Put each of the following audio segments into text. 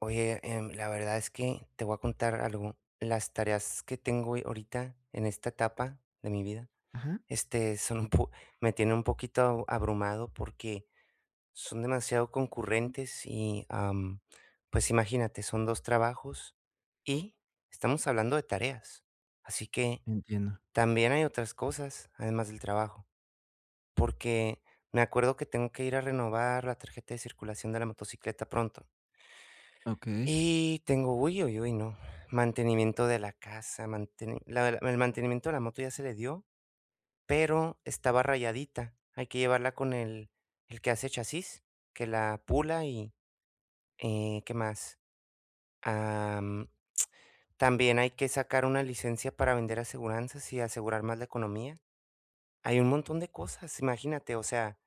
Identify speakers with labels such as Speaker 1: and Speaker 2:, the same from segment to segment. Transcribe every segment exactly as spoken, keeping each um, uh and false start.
Speaker 1: Oye, em, la verdad es que te voy a contar algo. Las tareas que tengo hoy- ahorita en esta etapa de mi vida,
Speaker 2: Ajá,
Speaker 1: este, son un po- me tienen un poquito abrumado porque son demasiado concurrentes y, am, pues imagínate, son dos trabajos y estamos hablando de tareas. Así que
Speaker 2: entiendo.
Speaker 1: también hay otras cosas, además del trabajo, porque me acuerdo que tengo que ir a renovar la tarjeta de circulación de la motocicleta pronto.
Speaker 2: Okey,
Speaker 1: Y tengo uy, uy, uy, no. Mantenimiento de la casa, manteni la el el mantenimiento de la moto ya se le dio, pero estaba rayadita. Hay que llevarla con el el que hace chasis, que la pula y, eh, ¿qué más? Am, también hay que sacar una licencia para vender aseguranzas y asegurar más la economía. Hay un montón de cosas, imagínate, o sea,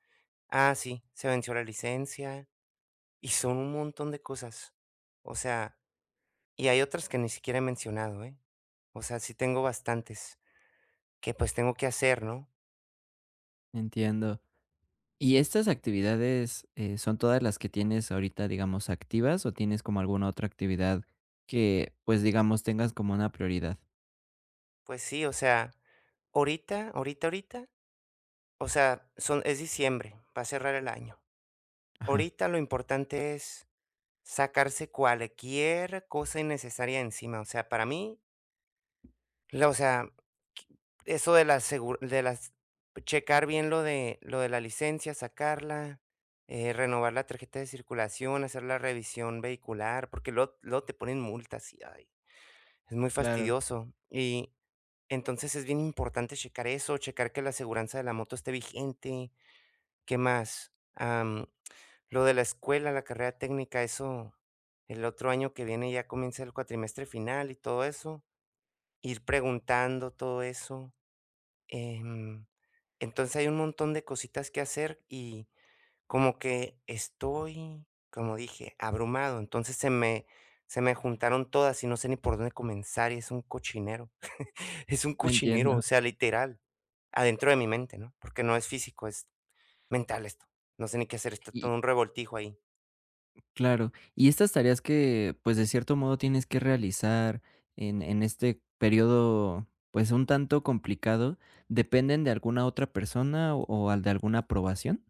Speaker 1: ah, sí, se venció la licencia y son un montón de cosas. O sea, y hay otras que ni siquiera he mencionado, ¿eh? O sea, sí tengo bastantes que, pues, tengo que hacer, ¿no?
Speaker 2: entiendo. ¿Y estas actividades, eh, son todas las que tienes ahorita, digamos, activas, o tienes como alguna otra actividad que, pues, digamos, tengas como una prioridad?
Speaker 1: Pues sí, o sea, ahorita, ahorita, ahorita, o sea, son es diciembre, va a cerrar el año.
Speaker 2: Ajá,
Speaker 1: Ahorita lo importante es sacarse cualquier cosa innecesaria encima. O sea, para mí, La o sea, qui- eso de las segu de las checar bien lo de lo de la licencia, sacarla, eh, renovar la tarjeta de circulación, hacer la revisión vehicular, porque luego luego te ponen multas y, ay, es muy
Speaker 2: claro,
Speaker 1: fastidioso. Y entonces es bien importante checar eso, checar que la aseguranza de la moto esté vigente. ¿Qué más? Am, lo de la escuela, la carrera técnica, eso el otro año que viene ya comienza el cuatrimestre final y todo eso, ir preguntando todo eso. Em, entonces hay un montón de cositas que hacer y como que estoy, como dije, abrumado. Entonces se me, se me juntaron todas y no sé ni por dónde comenzar y es un cochinero. Es un
Speaker 2: entiendo.
Speaker 1: cochinero, o sea, literal, adentro de mi mente, ¿no? Porque no es físico, es mental esto. No sé ni qué hacer, está
Speaker 2: Y
Speaker 1: todo un revoltijo ahí.
Speaker 2: claro, y estas tareas que, pues, de cierto modo tienes que realizar en en este periodo, pues, un tanto complicado, ¿dependen de alguna otra persona o o al de alguna aprobación?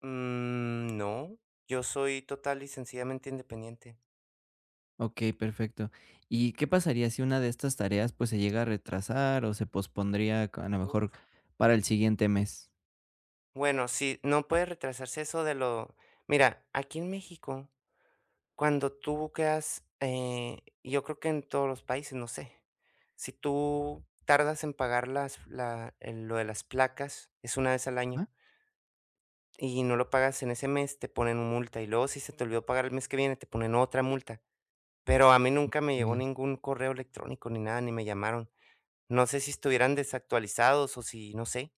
Speaker 1: Mm, no, yo soy total y sencillamente independiente.
Speaker 2: Okey, perfecto. ¿Y qué pasaría si una de estas tareas, pues, se llega a retrasar o se pospondría a lo mejor
Speaker 1: Uf.
Speaker 2: para el siguiente mes?
Speaker 1: Bueno, sí, no puede retrasarse eso de lo... Mira, aquí en México cuando tú buqueas, eh, yo creo que en todos los países, no sé, si tú tardas en pagar las la el lo de las placas, es una vez al año,
Speaker 2: Ah,
Speaker 1: y no lo pagas en ese mes, te ponen multa, y luego si se te olvidó pagar el mes que viene, te ponen otra multa. Pero a mí nunca me llegó
Speaker 2: okey,
Speaker 1: ningún correo electrónico ni nada, ni me llamaron. No sé si estuvieran desactualizados o si, no sé.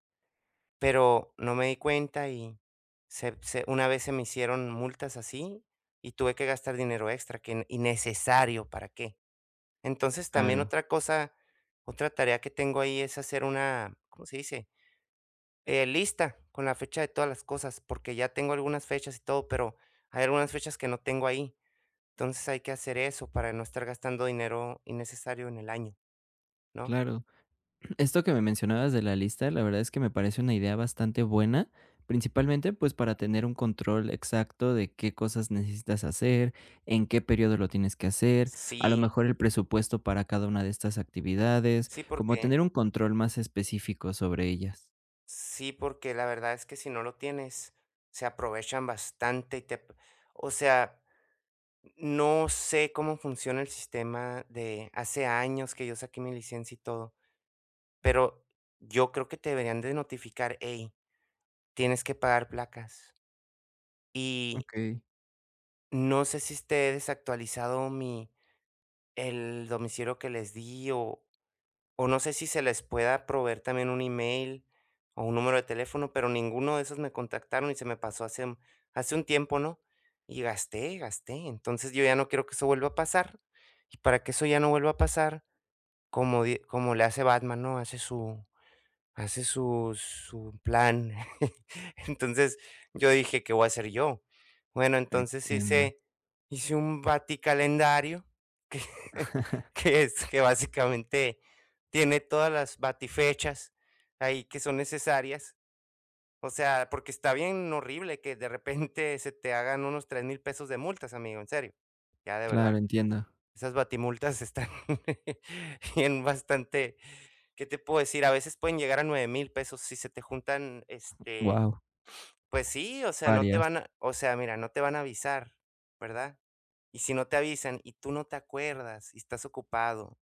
Speaker 1: Pero no me di cuenta y se se una vez se me hicieron multas así, y tuve que gastar dinero extra que n- innecesario, ¿para qué? Entonces, también
Speaker 2: claro,
Speaker 1: otra cosa, otra tarea que tengo ahí es hacer una, ¿cómo se dice? Eh, lista con la fecha de todas las cosas, porque ya tengo algunas fechas y todo, pero hay algunas fechas que no tengo ahí. Entonces, hay que hacer eso para no estar gastando dinero innecesario en el año, ¿no?
Speaker 2: claro. Esto que me mencionabas de la lista, la verdad es que me parece una idea bastante buena, principalmente, pues, para tener un control exacto de qué cosas necesitas hacer, en qué periodo lo tienes que hacer, a lo
Speaker 1: Sí,
Speaker 2: mejor el presupuesto para cada una de estas actividades,
Speaker 1: sí,
Speaker 2: como
Speaker 1: porque
Speaker 2: tener un control más específico sobre ellas.
Speaker 1: sí, porque la verdad es que si no lo tienes, se aprovechan bastante y te... O sea, no sé cómo funciona el sistema de hace años que yo saqué mi licencia y todo, pero yo creo que te deberían de notificar, hey, tienes que pagar placas. Y
Speaker 2: Okey,
Speaker 1: no sé si esté desactualizado mi, el domicilio que les di o O no sé si se les pueda proveer también un email o un número de teléfono, pero ninguno de esos me contactaron y se me pasó hace, un- hace un tiempo, ¿no? Y gasté, gasté. Entonces yo ya no quiero que eso vuelva a pasar. Y para que eso ya no vuelva a pasar, como, di- como le hace Batman, ¿no? Hace su, hace su su plan. Entonces, yo dije: "¿Qué voy a hacer yo?". Bueno, entonces
Speaker 2: entiendo.
Speaker 1: hice hice un baticalendario que que es que básicamente tiene todas las batifechas ahí que son necesarias. O sea, porque está bien horrible que de repente se te hagan unos tres mil pesos de multas, amigo, en serio, ya de verdad.
Speaker 2: Claro, entiendo.
Speaker 1: Esas batimultas están bien bastante. ¿Qué te puedo decir? A veces pueden llegar a nueve mil pesos si se te juntan, este,
Speaker 2: Wow,
Speaker 1: pues sí, o sea, no te
Speaker 2: varias.
Speaker 1: van a o sea, mira, no te van a avisar, ¿verdad? Y si no te avisan y tú no te acuerdas y estás ocupado,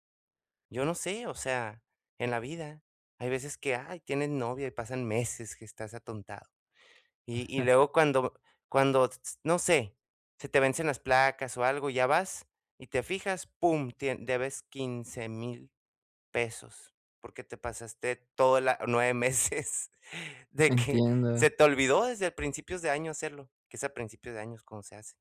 Speaker 1: yo no sé, o sea, en la vida hay veces que, ay, tienes novia y pasan meses que estás atontado. Y y luego cuando cuando, s no sé, se te vencen las placas o algo, ya vas y te fijas, pum, tien debes quince mil pesos, porque te pasaste todo los nueve meses de que
Speaker 2: Entiendo,
Speaker 1: se te olvidó desde el principios de año hacerlo, que es a principios de años cuando se hace,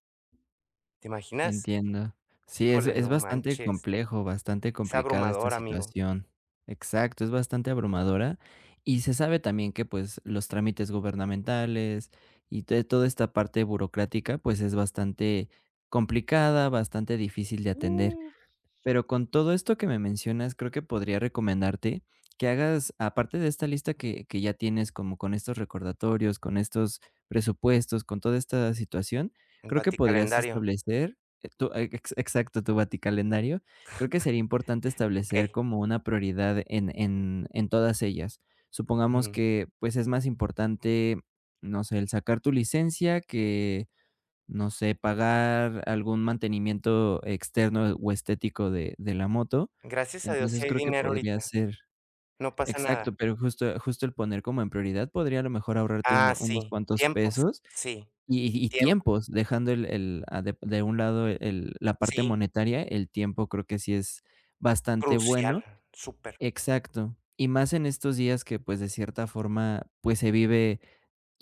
Speaker 1: ¿te imaginas?
Speaker 2: entiendo. Sí, es
Speaker 1: Híjole,
Speaker 2: es
Speaker 1: no
Speaker 2: bastante
Speaker 1: manches,
Speaker 2: complejo, bastante
Speaker 1: es
Speaker 2: complicada esta
Speaker 1: abrumador, amigo,
Speaker 2: situación. Exacto, es bastante abrumadora, y se sabe también que, pues, los trámites gubernamentales y te toda esta parte burocrática, pues, es bastante complicada, bastante difícil de atender. Pero con todo esto que me mencionas, creo que podría recomendarte que hagas, aparte de esta lista que, que ya tienes, como con estos recordatorios, con estos presupuestos, con toda esta situación,
Speaker 1: el
Speaker 2: creo que podrías
Speaker 1: baticalendario,
Speaker 2: establecer, eh, tu, eh, ex- exacto, tu baticalendario, creo que sería importante establecer
Speaker 1: okey,
Speaker 2: como una prioridad en, en, en todas ellas. Supongamos
Speaker 1: ujú.
Speaker 2: que pues es más importante, no sé, el sacar tu licencia, no sé, pagar algún mantenimiento externo o estético de de la moto.
Speaker 1: Gracias a Dios
Speaker 2: Entonces,
Speaker 1: sí hay
Speaker 2: creo que
Speaker 1: dinero
Speaker 2: podría
Speaker 1: ahorita,
Speaker 2: ser
Speaker 1: no pasa nada.
Speaker 2: exacto, pero justo justo el poner como en prioridad podría a lo mejor ahorrarte
Speaker 1: Ah,
Speaker 2: uno unos
Speaker 1: sí,
Speaker 2: cuantos
Speaker 1: tiempos,
Speaker 2: pesos
Speaker 1: sí,
Speaker 2: y y y
Speaker 1: tiempo,
Speaker 2: tiempos, dejando el el a de de un lado el la parte
Speaker 1: sí,
Speaker 2: monetaria, el tiempo creo que sí es bastante
Speaker 1: crucial,
Speaker 2: bueno.
Speaker 1: súper.
Speaker 2: Exacto. Y más en estos días que, pues, de cierta forma, pues, se vive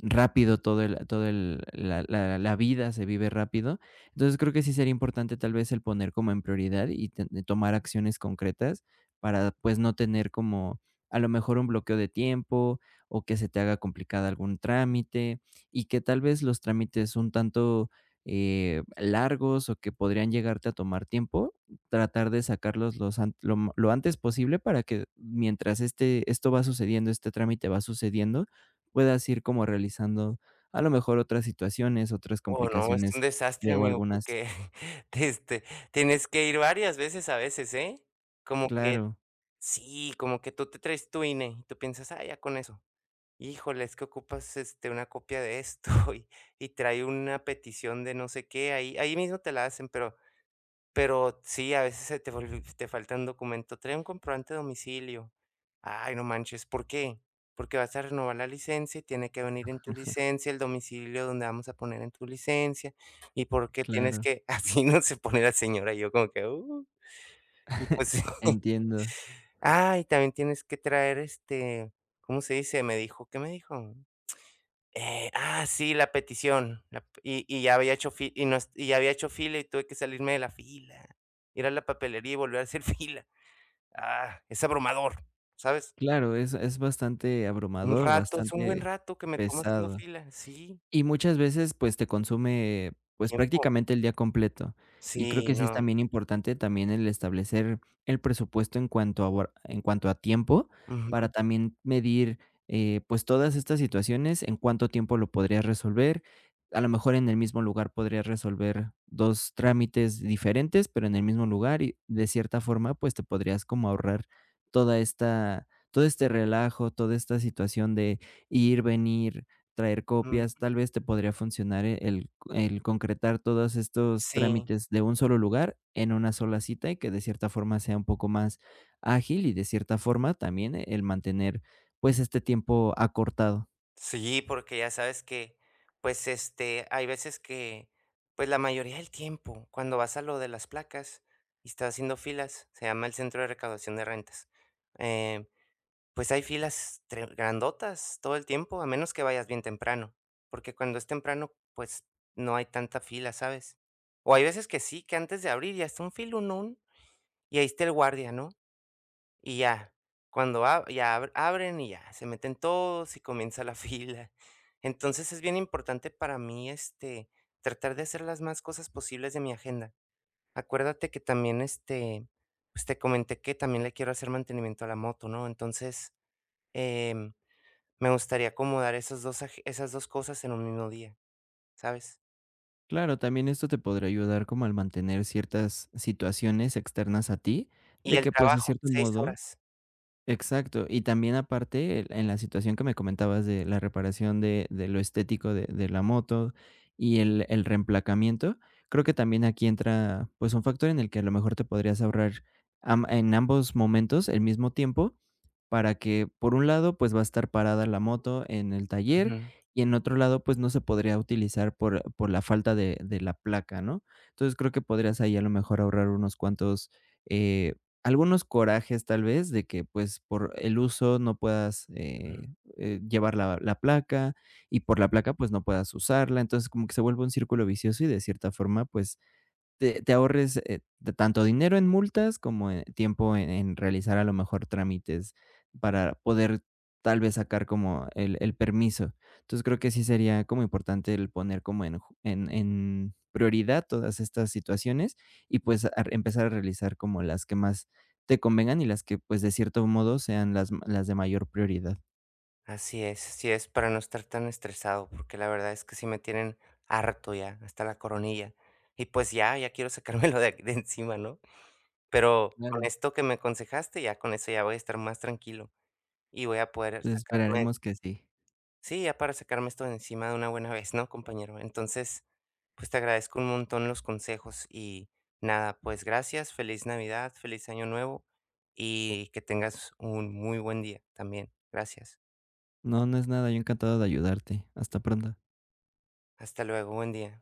Speaker 2: rápido, todo el todo el la la la vida se vive rápido. Entonces, creo que sí sería importante, tal vez, el poner como en prioridad y ten tomar acciones concretas para, pues, no tener como, a lo mejor, un bloqueo de tiempo, o que se te haga complicado algún trámite, y que tal vez los trámites un tanto, eh, largos, o que podrían llegarte a tomar tiempo, tratar de sacarlos los an lo m- lo antes posible para que mientras este esto va sucediendo, este trámite va sucediendo, puedas ir como realizando a lo mejor otras situaciones, otras
Speaker 1: Oh, no, es un
Speaker 2: complicaciones
Speaker 1: desastre,
Speaker 2: de o
Speaker 1: amigo,
Speaker 2: algunas
Speaker 1: porque, este, tienes que ir varias veces a veces, ¿eh? Como que
Speaker 2: claro,
Speaker 1: sí, como que tú te traes tu I N E y tú piensas: "Ah, ya con eso". Híjole, es que ocupas, este, una copia de esto y y trae una petición de no sé qué, ahí ahí mismo te la hacen, pero pero sí, a veces se te vol te falta un documento, trae un comprobante de domicilio. Ay, no manches, ¿por qué? Porque vas a renovar la licencia y tiene que venir en tu licencia el domicilio donde vamos a poner en tu licencia, y porque tienes
Speaker 2: claro,
Speaker 1: que así, ¿no? Se pone la señora, y yo como que: "Uh". Y pues
Speaker 2: entiendo.
Speaker 1: ah, y también tienes que traer, este, ¿cómo se dice? Me dijo, ¿qué me dijo? Eh, ah, sí, la petición, la p y y ya había hecho fila y no es y ya había hecho fila y tuve que salirme de la fila, ir a la papelería y volver a hacer fila. Ah, es abrumador, ¿sabes?
Speaker 2: Claro, es es bastante
Speaker 1: Un
Speaker 2: abrumador,
Speaker 1: rato, es un buen
Speaker 2: bastante
Speaker 1: rato que me tomo haciendo
Speaker 2: pesado.
Speaker 1: fila. Sí,
Speaker 2: Y muchas veces, pues, te consume, pues,
Speaker 1: tiempo.
Speaker 2: prácticamente el día completo. Y creo
Speaker 1: Sí,
Speaker 2: que sí es
Speaker 1: no.
Speaker 2: también importante también el establecer el presupuesto en cuanto a hor en cuanto a tiempo,
Speaker 1: Ujú,
Speaker 2: para también medir, eh, pues, todas estas situaciones, en cuánto tiempo lo podrías resolver. A lo mejor en el mismo lugar podrías resolver dos trámites diferentes, pero en el mismo lugar y de cierta forma, pues, te podrías como ahorrar toda esta todo este relajo, toda esta situación de ir, venir, traer copias,
Speaker 1: mm,
Speaker 2: tal vez te podría funcionar e el el concretar todos estos
Speaker 1: sí.
Speaker 2: trámites de un solo lugar en una sola cita y que de cierta forma sea un poco más ágil y de cierta forma también e- el mantener, pues, este tiempo acortado.
Speaker 1: Sí, porque ya sabes que, pues, este, hay veces que, pues, la mayoría del tiempo, cuando vas a lo de las placas y estás haciendo filas, se llama el Centro de Recaudación de Rentas. eh, pues hay filas tre- grandotas todo el tiempo, a menos que vayas bien temprano, porque cuando es temprano, pues no hay tanta fila, ¿sabes? O hay veces que sí, que antes de abrir ya está un filonón y ahí está el guardia, ¿no? Y ya, cuando a ya ab abren y ya, se meten todos y comienza la fila. Entonces, es bien importante para mí, este, tratar de hacer las más cosas posibles de mi agenda. Acuérdate que también, este, pues, te comenté que también le quiero hacer mantenimiento a la moto, ¿no? Entonces, em, me gustaría acomodar esos dos aje esas dos cosas en un mismo día, ¿sabes?
Speaker 2: Claro, también esto te podría ayudar como al mantener ciertas situaciones externas a ti,
Speaker 1: Y
Speaker 2: de
Speaker 1: el
Speaker 2: que, pues, de
Speaker 1: trabajo,
Speaker 2: cierto
Speaker 1: seis
Speaker 2: modo
Speaker 1: horas.
Speaker 2: exacto, y también aparte, el en la situación que me comentabas de la reparación de de lo estético de de la moto y el el reemplacamiento, creo que también aquí entra, pues, un factor en el que a lo mejor te podrías ahorrar am en ambos momentos el mismo tiempo, para que, por un lado, pues, va a estar parada la moto en el taller,
Speaker 1: Ujú.
Speaker 2: y en otro lado, pues, no se podría utilizar por por la falta de de la placa, ¿no? Entonces, creo que podrías ahí a lo mejor ahorrar unos cuantos, eh algunos corajes, tal vez, de que, pues, por el uso no puedas,
Speaker 1: Ujú.
Speaker 2: eh eh, llevar la la placa, y por la placa, pues, no puedas usarla. Entonces, como que se vuelve un círculo vicioso y de cierta forma, pues, te, te ahorres, eh, de tanto dinero en multas como en tiempo en, en realizar a lo mejor trámites para poder tal vez sacar como el, el permiso. Entonces, creo que sí sería como importante el poner como en, ju- en, en prioridad todas estas situaciones y pues a- empezar a realizar como las que más te convengan y las que pues de cierto modo sean las, ma- las de mayor prioridad.
Speaker 1: Así es, así es, para no estar tan estresado, porque la verdad es que sí me tienen harto ya, hasta la coronilla. Y pues ya, ya quiero sacármelo de, de encima, ¿no? Pero con
Speaker 2: Claro.
Speaker 1: esto que me aconsejaste, ya con eso ya voy a estar más tranquilo y voy a poder
Speaker 2: Pues
Speaker 1: sacarme,
Speaker 2: esperaremos que sí.
Speaker 1: sí, ya para sacarme esto de encima de una buena vez, ¿no, compañero? Entonces, pues te agradezco un montón los consejos y nada, pues gracias, feliz Navidad, feliz Año Nuevo y que tengas un muy buen día también. Gracias.
Speaker 2: No, no es nada, yo encantado de ayudarte. Hasta pronto.
Speaker 1: Hasta luego, buen día.